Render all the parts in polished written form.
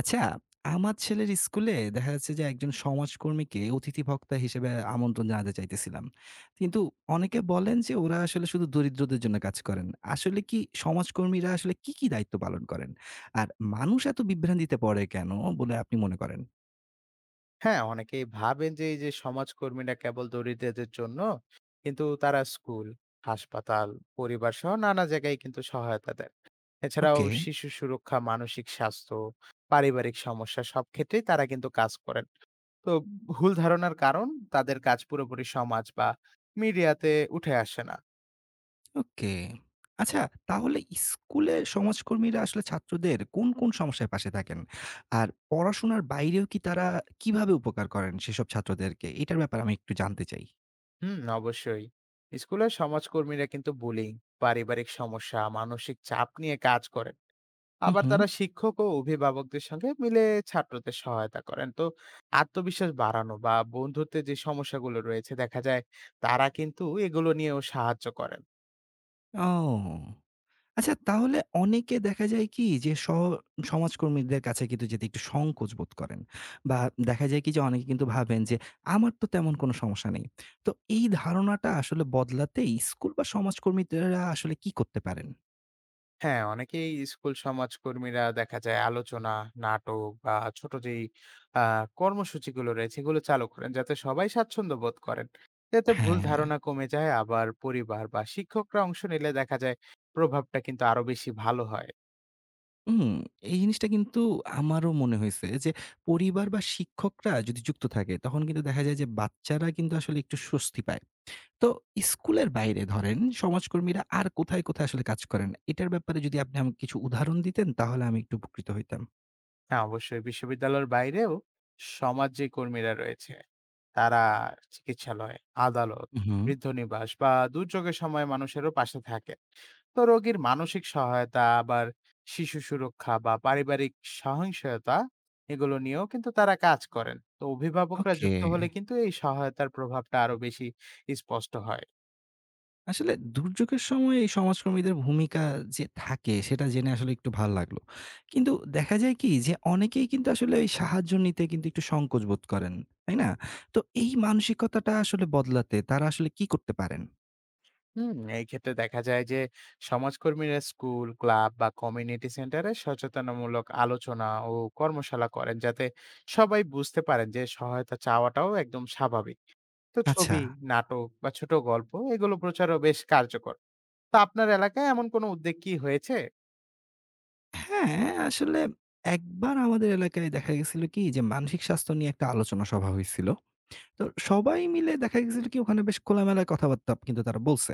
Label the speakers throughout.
Speaker 1: আচ্ছা, আমার ছেলের স্কুলে দেখা যাচ্ছে যে একজন সমাজকর্মীকে অতিথি বক্তা হিসেবে আমন্ত্রণ জানাতে চাইতেছিলাম। কিন্তু অনেকে বলেন যে ওরা আসলে শুধু দরিদ্রদের জন্য কাজ করেন। আসলে কি সমাজকর্মীরা আসলে কি দায়িত্ব পালন করেন? আর মানুষ এত বিভ্রান্তিতে পড়ে কেন বলে আপনি মনে করেন?
Speaker 2: হ্যাঁ, অনেকেই ভাবেন যে এই যে সমাজকর্মীরা কেবল দরিদ্রদের জন্য, কিন্তু তারা স্কুল, হাসপাতাল, পরিবার সহ নানা জায়গায় কিন্তু সহায়তা দেন। এছাড়াও
Speaker 1: ওকে,
Speaker 2: শিশু সুরক্ষা, মানসিক স্বাস্থ্য, পারিবারিক সমস্যা সব ক্ষেত্রেই তারা কিন্তু কাজ করেন। তো ভুল ধারণার কারণ তাদের কাজ পুরোপুরি সমাজ বা মিডিয়াতে উঠে আসে না।
Speaker 1: ওকে। আচ্ছা তাহলে স্কুলে সমাজকর্মীরা আসলে ছাত্রদের কোন সমস্যায় পাশে থাকেন? আর পড়াশোনার বাইরেও কি তারা কিভাবে উপকার করেন সেসব ছাত্রদেরকে? এটার ব্যাপারে আমি একটু জানতে চাই।
Speaker 2: হুম, অবশ্যই। স্কুলে সমাজকর্মীরা কিন্তু বুলিং, পারিবারিক সমস্যা, মানসিক চাপ নিয়ে কাজ করেন।
Speaker 1: হু,
Speaker 2: আবার
Speaker 1: হু।
Speaker 2: তারা শিক্ষক ও অভিভাবকদের সঙ্গে মিলে ছাত্রদের সহায়তা করেন। তো আত্মবিশ্বাস বাড়ানো বা বন্ধুত্বের যে সমস্যাগুলো রয়েছে দেখা যায় তারা কিন্তু এগুলো নিয়েও সাহায্য করেন।
Speaker 1: ও! আচ্ছা তাহলে অনেকে দেখা যায় কি যে সমাজকর্মীদের কাছে কিন্তু যেতে একটু সংকোচ বোধ করেন। বা দেখা যায় কি যে অনেকে কিন্তু ভাবেন যে আমার তো তেমন কোনো সমস্যা নেই। তো এই ধারণাটা আসলে বদলাতে স্কুল বা সমাজকর্মীরা আসলে কি করতে পারেন?
Speaker 2: হ্যাঁ, অনেকেই স্কুল সমাজকর্মীরা দেখা যায় আলোচনা, নাটক বা ছোট যেই কর্মসূচিগুলো রয়েছে এগুলো চালু করেন, যাতে সবাই স্বাচ্ছন্দ্য বোধ করেন। এতে ভুল
Speaker 1: হ্যাঁ।
Speaker 2: ধারণা কমে যায়। আবার পরিবার বা শিক্ষকরা অংশ নিলে দেখা যায় প্রভাবটা কিন্তু আরো বেশি ভালো হয়।
Speaker 1: হুম, এই জিনিসটা কিন্তু আমারও মনে হইছে যে পরিবার বা শিক্ষকরা যদি যুক্ত থাকে তখন কিন্তু দেখা যায় যে বাচ্চারা কিন্তু আসলে একটু স্বস্তি পায়। তো স্কুলের বাইরে ধরেন সমাজকর্মীরা আর কোথায় আসলে কাজ করেন? এটার ব্যাপারে যদি আপনি আমাকে কিছু উদাহরণ দিতেন তাহলে আমি একটু উপকৃত হইতাম।
Speaker 2: হ্যাঁ, অবশ্যই। বিশ্ববিদ্যালয়ের বাইরেও সমাজ যে কর্মীরা রয়েছে, তারা চিকিৎসালয়, আদালত,
Speaker 1: উহুম।
Speaker 2: বৃদ্ধ নিবাস বা দুর্যোগের সময় মানুষেরও পাশে থাকেন। তো রোগীর মানসিক সহায়তা, আবার শিশু সুরক্ষা বা পারিবারিক সহিংসতা এগুলো নিয়েও কিন্তু তারা কাজ করেন। তো অভিভাবকরা
Speaker 1: ওকে।
Speaker 2: যুক্ত হলে কিন্তু এই সহায়তার প্রভাবটা আরো বেশি স্পষ্ট হয়।
Speaker 1: আসলে দুর্যোগের সময় এই সমাজকর্মীদের ভূমিকা যে থাকে সেটা জেনে আসলে একটু ভাল লাগলো। কিন্তু দেখা যায় কি যে অনেকেই কিন্তু আসলে ওই সাহায্য নিতে কিন্তু একটু সংকোচ বোধ করেন। তাই না? তো এই মানসিকতাটা আসলে বদলাতে তারা আসলে কি করতে পারেন?
Speaker 2: হুম, এই ক্ষেত্রে দেখা যায় যে সমাজকর্মীরা স্কুল ক্লাব বা কমিউনিটি সেন্টারে সচেতনমূলক আলোচনা ও কর্মশালা করেন, যাতে সবাই বুঝতে পারেন যে সহায়তা চাওয়াটাও একদম স্বাভাবিক। তো
Speaker 1: আচ্ছা।
Speaker 2: ছবি, নাটক বা ছোট গল্প এগুলো প্রচারও বেশ কার্যকর। তো আপনার এলাকায় এমন কোনো উদ্যোগ কি হয়েছে?
Speaker 1: হ্যাঁ, আসলে একবার আমাদের এলাকায় দেখা গেছিল কি যে মানসিক স্বাস্থ্য নিয়ে একটা আলোচনা সভা হয়েছিল। তো সবাই মিলে দেখা গেছিল কি ওখানে বেশ খোলামেলা কথাবার্তা কিন্তু তারা বলছে।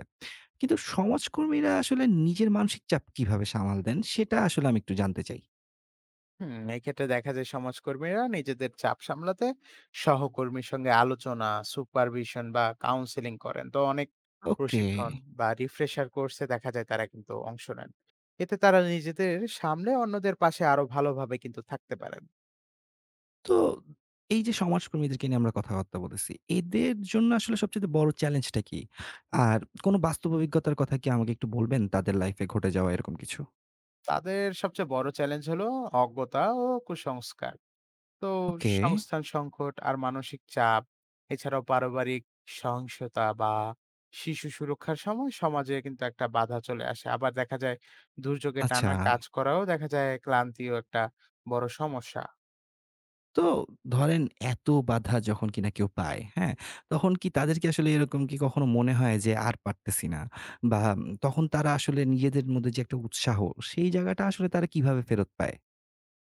Speaker 1: কিন্তু সমাজকর্মীরা আসলে নিজের মানসিক চাপ কিভাবে সামাল দেন সেটা আসলে আমি একটু জানতে চাই।
Speaker 2: হুম, এক্ষেত্রে দেখা যায় সমাজকর্মীরা নিজেদের চাপ সামলাতে সহকর্মীর সঙ্গে আলোচনা, সুপারভিশন বা কাউন্সেলিং করেন। তো অনেক
Speaker 1: ওকে।
Speaker 2: প্রশিক্ষণ বা রিফ্রেশার কোর্সে দেখা যায় তারা কিন্তু অংশ নেন। এতে তারা নিজেদের সামলে অন্যদের পাশে আরো ভালোভাবে কিন্তু থাকতে পারেন।
Speaker 1: তো এই যে সমাজকর্মীদেরকে নিয়ে আমরা কথাবার্তা বলতেছি, এদের জন্য আসলে সবচাইতে বড় চ্যালেঞ্জটা কি? আর কোন বাস্তব অভিজ্ঞতার কথা কি আমাকে একটু বলবেন তাদের লাইফ এ ঘটে যাওয়া এরকম কিছু?
Speaker 2: তাদের সবচেয়ে বড় চ্যালেঞ্জ হলো অজ্ঞতা ও কুসংস্কার, তো
Speaker 1: ওকে,
Speaker 2: সংস্থান সংকট আর মানসিক চাপ। এছাড়াও পারিবারিক সহিংসতা বা শিশু সুরক্ষার সময় সমাজে কিন্তু একটা বাধা চলে আসে। আবার দেখা যায় দুর্যোগে
Speaker 1: আচ্ছা।
Speaker 2: টানা কাজ করাও, দেখা যায় ক্লান্তিও একটা বড় সমস্যা।
Speaker 1: তো ধরেন এত বাধা যখন কিনা কেউ পায়, হ্যাঁ? তখন কি তাদেরকে আসলে এরকম কি কখনো মনে হয় যে আর পারতেছি না? বা তখন তারা আসলে নিজেদের মধ্যে যে একটা উৎসাহ, সেই জায়গাটা আসলে তারা কিভাবে ফেরত পায়?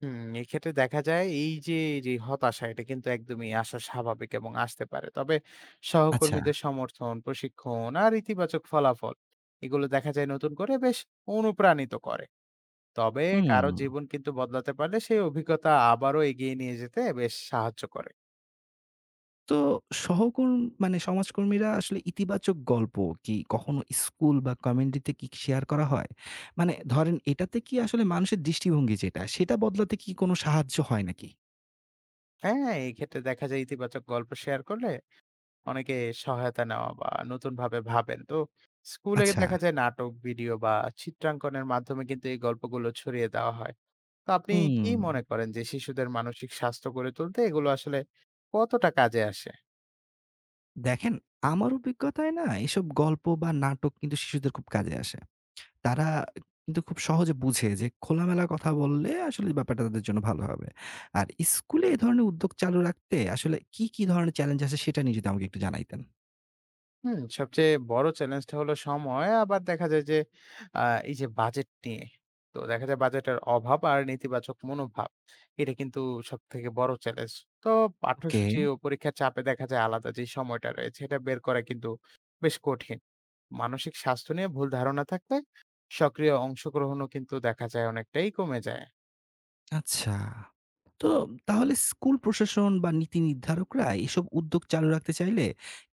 Speaker 2: হুম, এক্ষেত্রে দেখা যায় এই যে যে হতাশা, এটা কিন্তু একদমই আসা স্বাভাবিক এবং আসতে পারে। তবে
Speaker 1: আচ্ছা,
Speaker 2: সহকর্মীদের সমর্থন, প্রশিক্ষণ আর ইতিবাচক ফলাফল এগুলো দেখা যায় নতুন করে বেশ অনুপ্রাণিত করে। তবে কারো
Speaker 1: হুম।
Speaker 2: জীবন কিন্তু বদলাতে পারলে সেই অভিজ্ঞতা আবারও এগিয়ে নিয়ে যেতে বেশ সাহায্য করে।
Speaker 1: তো সহকর্ম মানে সমাজকর্মীরা আসলে ইতিবাচক গল্প কি কখনো স্কুল বা কমিউনিটিতে কি শেয়ার করা হয়? মানে ধরেন এটাতে কি আসলে মানুষের দৃষ্টিভঙ্গি যেটা, সেটা বদলাতে কি কোনো সাহায্য হয় নাকি?
Speaker 2: হ্যাঁ, এই ক্ষেত্রে দেখা যায় ইতিবাচক গল্প শেয়ার করলে অনেকে সহায়তা নেওয়া বা নতুনভাবে ভাবেন। তো স্কুলে
Speaker 1: আচ্ছা,
Speaker 2: দেখা যায় নাটক, ভিডিও বা চিত্রাঙ্কনের মাধ্যমে কিন্তু এই গল্পগুলো ছড়িয়ে দেওয়া হয়। তো আপনি কি
Speaker 1: হুম।
Speaker 2: মনে করেন যে শিশুদের মানসিক স্বাস্থ্য গড়ে তুলতে এগুলো আসলে কতটা কাজে আসে?
Speaker 1: দেখেন, আমার অভিজ্ঞতায় না এসব গল্প বা নাটক কিন্তু শিশুদের খুব কাজে আসে। তারা কিন্তু খুব সহজে বুঝে যে খোলামেলা কথা বললে আসলে ব্যাপারটা তাদের জন্য ভালো হবে। আর স্কুলে এ ধরনের উদ্যোগ চালু রাখতে আসলে কি ধরনের চ্যালেঞ্জ আছে সেটা নিয়ে যদি আমাকে একটু জানাইতেন।
Speaker 2: হুম, সবচেয়ে বড় চ্যালেঞ্জটা হলো সময়। আবার দেখা যায় যে আ এই যে বাজেট নিয়ে। তো দেখা যায় বাজেটের অভাব আর নেতিবাচক মনোভাব। এটা কিন্তু সবথেকে বড় চ্যালেঞ্জ। তো
Speaker 1: ওকে,
Speaker 2: পাঠ্যসূচি ও পরীক্ষার চাপে দেখা যায় আলাদা যে সময়টা রয়েছে এটা বের করা কিন্তু বেশ কঠিন। মানসিক স্বাস্থ্য নিয়ে ভুল ধারণা থাকলে সক্রিয় অংশগ্রহণও কিন্তু দেখা যায় অনেকটাই কমে যায়।
Speaker 1: আচ্ছা। তো তাহলে স্কুল প্রশাসন বা নীতি নির্ধারকরা এসব উদ্যোগ চালু রাখতে চাইলে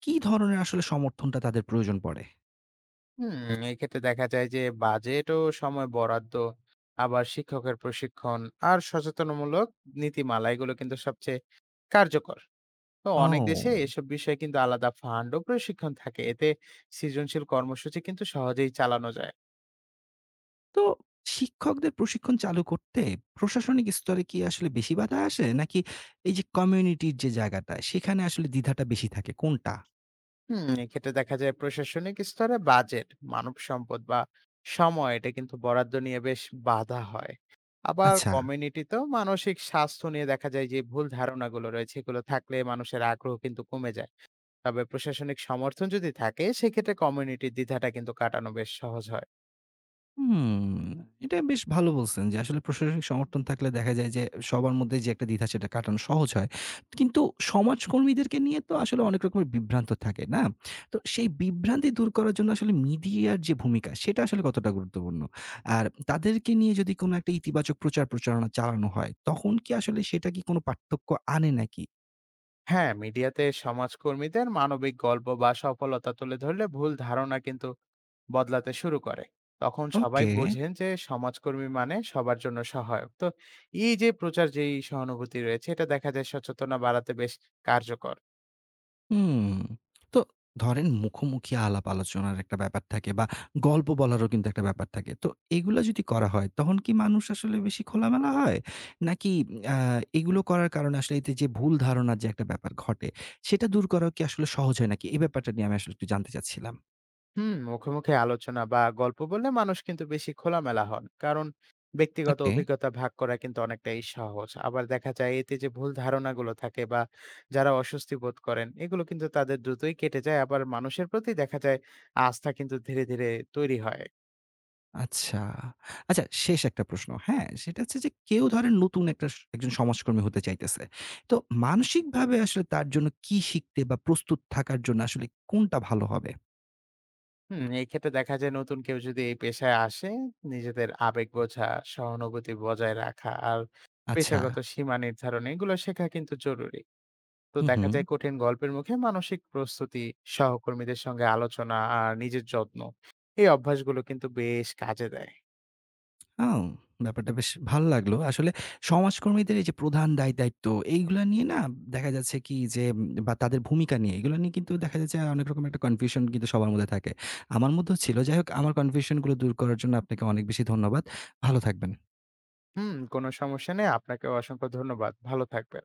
Speaker 1: কি ধরনের আসলে সমর্থনটা তাদের প্রয়োজন পড়ে?
Speaker 2: হুম, এক্ষেত্রে দেখা যায় যে বাজেট ও সময় বরাদ্দ, আবার শিক্ষকের প্রশিক্ষণ আর সচেতনমূলক নীতিমালা, এগুলো কিন্তু সবচেয়ে কার্যকর। তো অনেক
Speaker 1: ও।
Speaker 2: দেশে এসব বিষয়ে কিন্তু আলাদা ফান্ড ও প্রশিক্ষণ থাকে, এতে সৃজনশীল কর্মসূচি কিন্তু সহজেই চালানো যায়।
Speaker 1: তো শিক্ষকদের প্রশিক্ষণ চালু করতে প্রশাসনিক স্তরে কি আসলে বেশি বাধা আসে? নাকি এই যে কমিউনিটির যে জায়গাটা, সেখানে আসলে দ্বিধাটা বেশি থাকে কোনটা?
Speaker 2: হুম, এক্ষেত্রে দেখা যায় প্রশাসনিক স্তরে বাজেট, মানব সম্পদ বা সময়, এটা কিন্তু বরাদ্দ নিয়ে বেশ বাধা হয়। আবার
Speaker 1: আচ্ছা।
Speaker 2: কমিউনিটিতেও মানসিক স্বাস্থ্য নিয়ে দেখা যায় যে ভুল ধারণাগুলো রয়েছে এগুলো থাকলে মানুষের আগ্রহ কিন্তু কমে যায়। তবে প্রশাসনিক সমর্থন যদি থাকে সেক্ষেত্রে কমিউনিটির দ্বিধাটা কিন্তু কাটানো বেশ সহজ হয়।
Speaker 1: হুম, এটা বেশ ভালো বলছেন যে আসলে প্রশাসনিক সমর্থন থাকলে দেখা যায় যে সবার মধ্যে যে একটা দ্বিধা সেটা কাটানো সহজ হয়। কিন্তু সমাজকর্মীদেরকে নিয়ে তো আসলে অনেক রকমের বিভ্রান্ত থাকে, না? তো সেই বিভ্রান্তি দূর করার জন্য আসলে মিডিয়ার যে ভূমিকা সেটা আসলে কতটা গুরুত্বপূর্ণ? আর তাদেরকে নিয়ে যদি কোনো একটা ইতিবাচক প্রচার প্রচারণা চালানো হয় তখন কি আসলে সেটা কি কোনো পার্থক্য আনে নাকি?
Speaker 2: হ্যাঁ, মিডিয়াতে সমাজকর্মীদের মানবিক গল্প বা সফলতা তুলে ধরলে ভুল ধারণা কিন্তু বদলাতে শুরু করে। তখন সবাই
Speaker 1: ওকে।
Speaker 2: বোঝেন যে সমাজকর্মী মানে সবার জন্য সহায়ক। তো এই যে প্রচার, যেই সহানুভূতি রয়েছে, এটা দেখা যায় সচেতনা বাড়াতে বেশ কার্যকর।
Speaker 1: হুম। তো ধরেন মুখোমুখি আলাপ আলোচনার একটা ব্যাপার থাকে বা গল্প বলারও কিন্তু একটা ব্যাপার থাকে। তো এগুলা যদি করা হয় তখন কি মানুষ আসলে বেশি খোলামেলা হয়? নাকি আ এগুলো করার কারণে আসলে এতে যে ভুল ধারণার যে একটা ব্যাপার ঘটে সেটা দূর করাও কি আসলে সহজ হয় নাকি? এই ব্যাপারটা নিয়ে আমি আসলে একটু জানতে চাচ্ছিলাম।
Speaker 2: হুম, মুখোমুখি আলোচনা বা গল্প বললে মানুষ কিন্তু বেশি খোলামেলা হন, কারণ ব্যক্তিগত
Speaker 1: ওকে।
Speaker 2: অভিজ্ঞতা ভাগ করা কিন্তু অনেকটাই সহজ। আবার দেখা যায় এতে যে ভুল ধারণাগুলো থাকে বা যারা অস্বস্তি বোধ করেন, এগুলো কিন্তু তাদের দ্রুতই কেটে যায়। আবার মানুষের প্রতি দেখা যায় আস্থা কিন্তু ধীরে ধীরে তৈরি হয়।
Speaker 1: আচ্ছা। আচ্ছা শেষ একটা প্রশ্ন, হ্যাঁ? সেটা হচ্ছে যে কেউ ধরেন নতুন একটা স একজন সমাজকর্মী হতে চাইতেছে। তো মানসিকভাবে আসলে তার জন্য কি শিখতে বা প্রস্তুত থাকার জন্য আসলে কোনটা ভালো হবে?
Speaker 2: হুম, এই ক্ষেত্রে দেখা যায় নতুন কেউ যদি এই পেশায় আসে, নিজেদের আবেগ বোঝা, সহানুভূতি বজায় রাখা আর
Speaker 1: আচ্ছা।
Speaker 2: পেশাগত সীমা নির্ধারণ, এগুলো শেখা কিন্তু জরুরি। তো
Speaker 1: হুম,
Speaker 2: দেখা
Speaker 1: হুম।
Speaker 2: যায় কঠিন গল্পের মুখে মানসিক প্রস্তুতি, সহকর্মীদের সঙ্গে আলোচনা আর নিজের যত্ন, এই অভ্যাসগুলো কিন্তু বেশ কাজে দেয়।
Speaker 1: ও! ব্যাপারটা বেশ ভাল লাগলো। আসলে সমাজকর্মীদের এই যে প্রধান দায়-দায়িত্ব এইগুলা নিয়ে না দেখা যাচ্ছে কি যে বা তাদের ভূমিকা নিয়ে এগুলা নিয়ে কিন্তু দেখা যাচ্ছে অনেক রকমের একটা কনফিউশন কিন্তু সবার মধ্যে থাকে। আমার মধ্যেও ছিল। যাই হোক আমার কনফিউশন গুলো দূর করার জন্য আপনাকে অনেক বেশি ধন্যবাদ। ভালো থাকবেন।
Speaker 2: হুম, কোনো সমস্যা নেই। আপনাকেও অসংখ্য ধন্যবাদ। ভালো থাকবেন।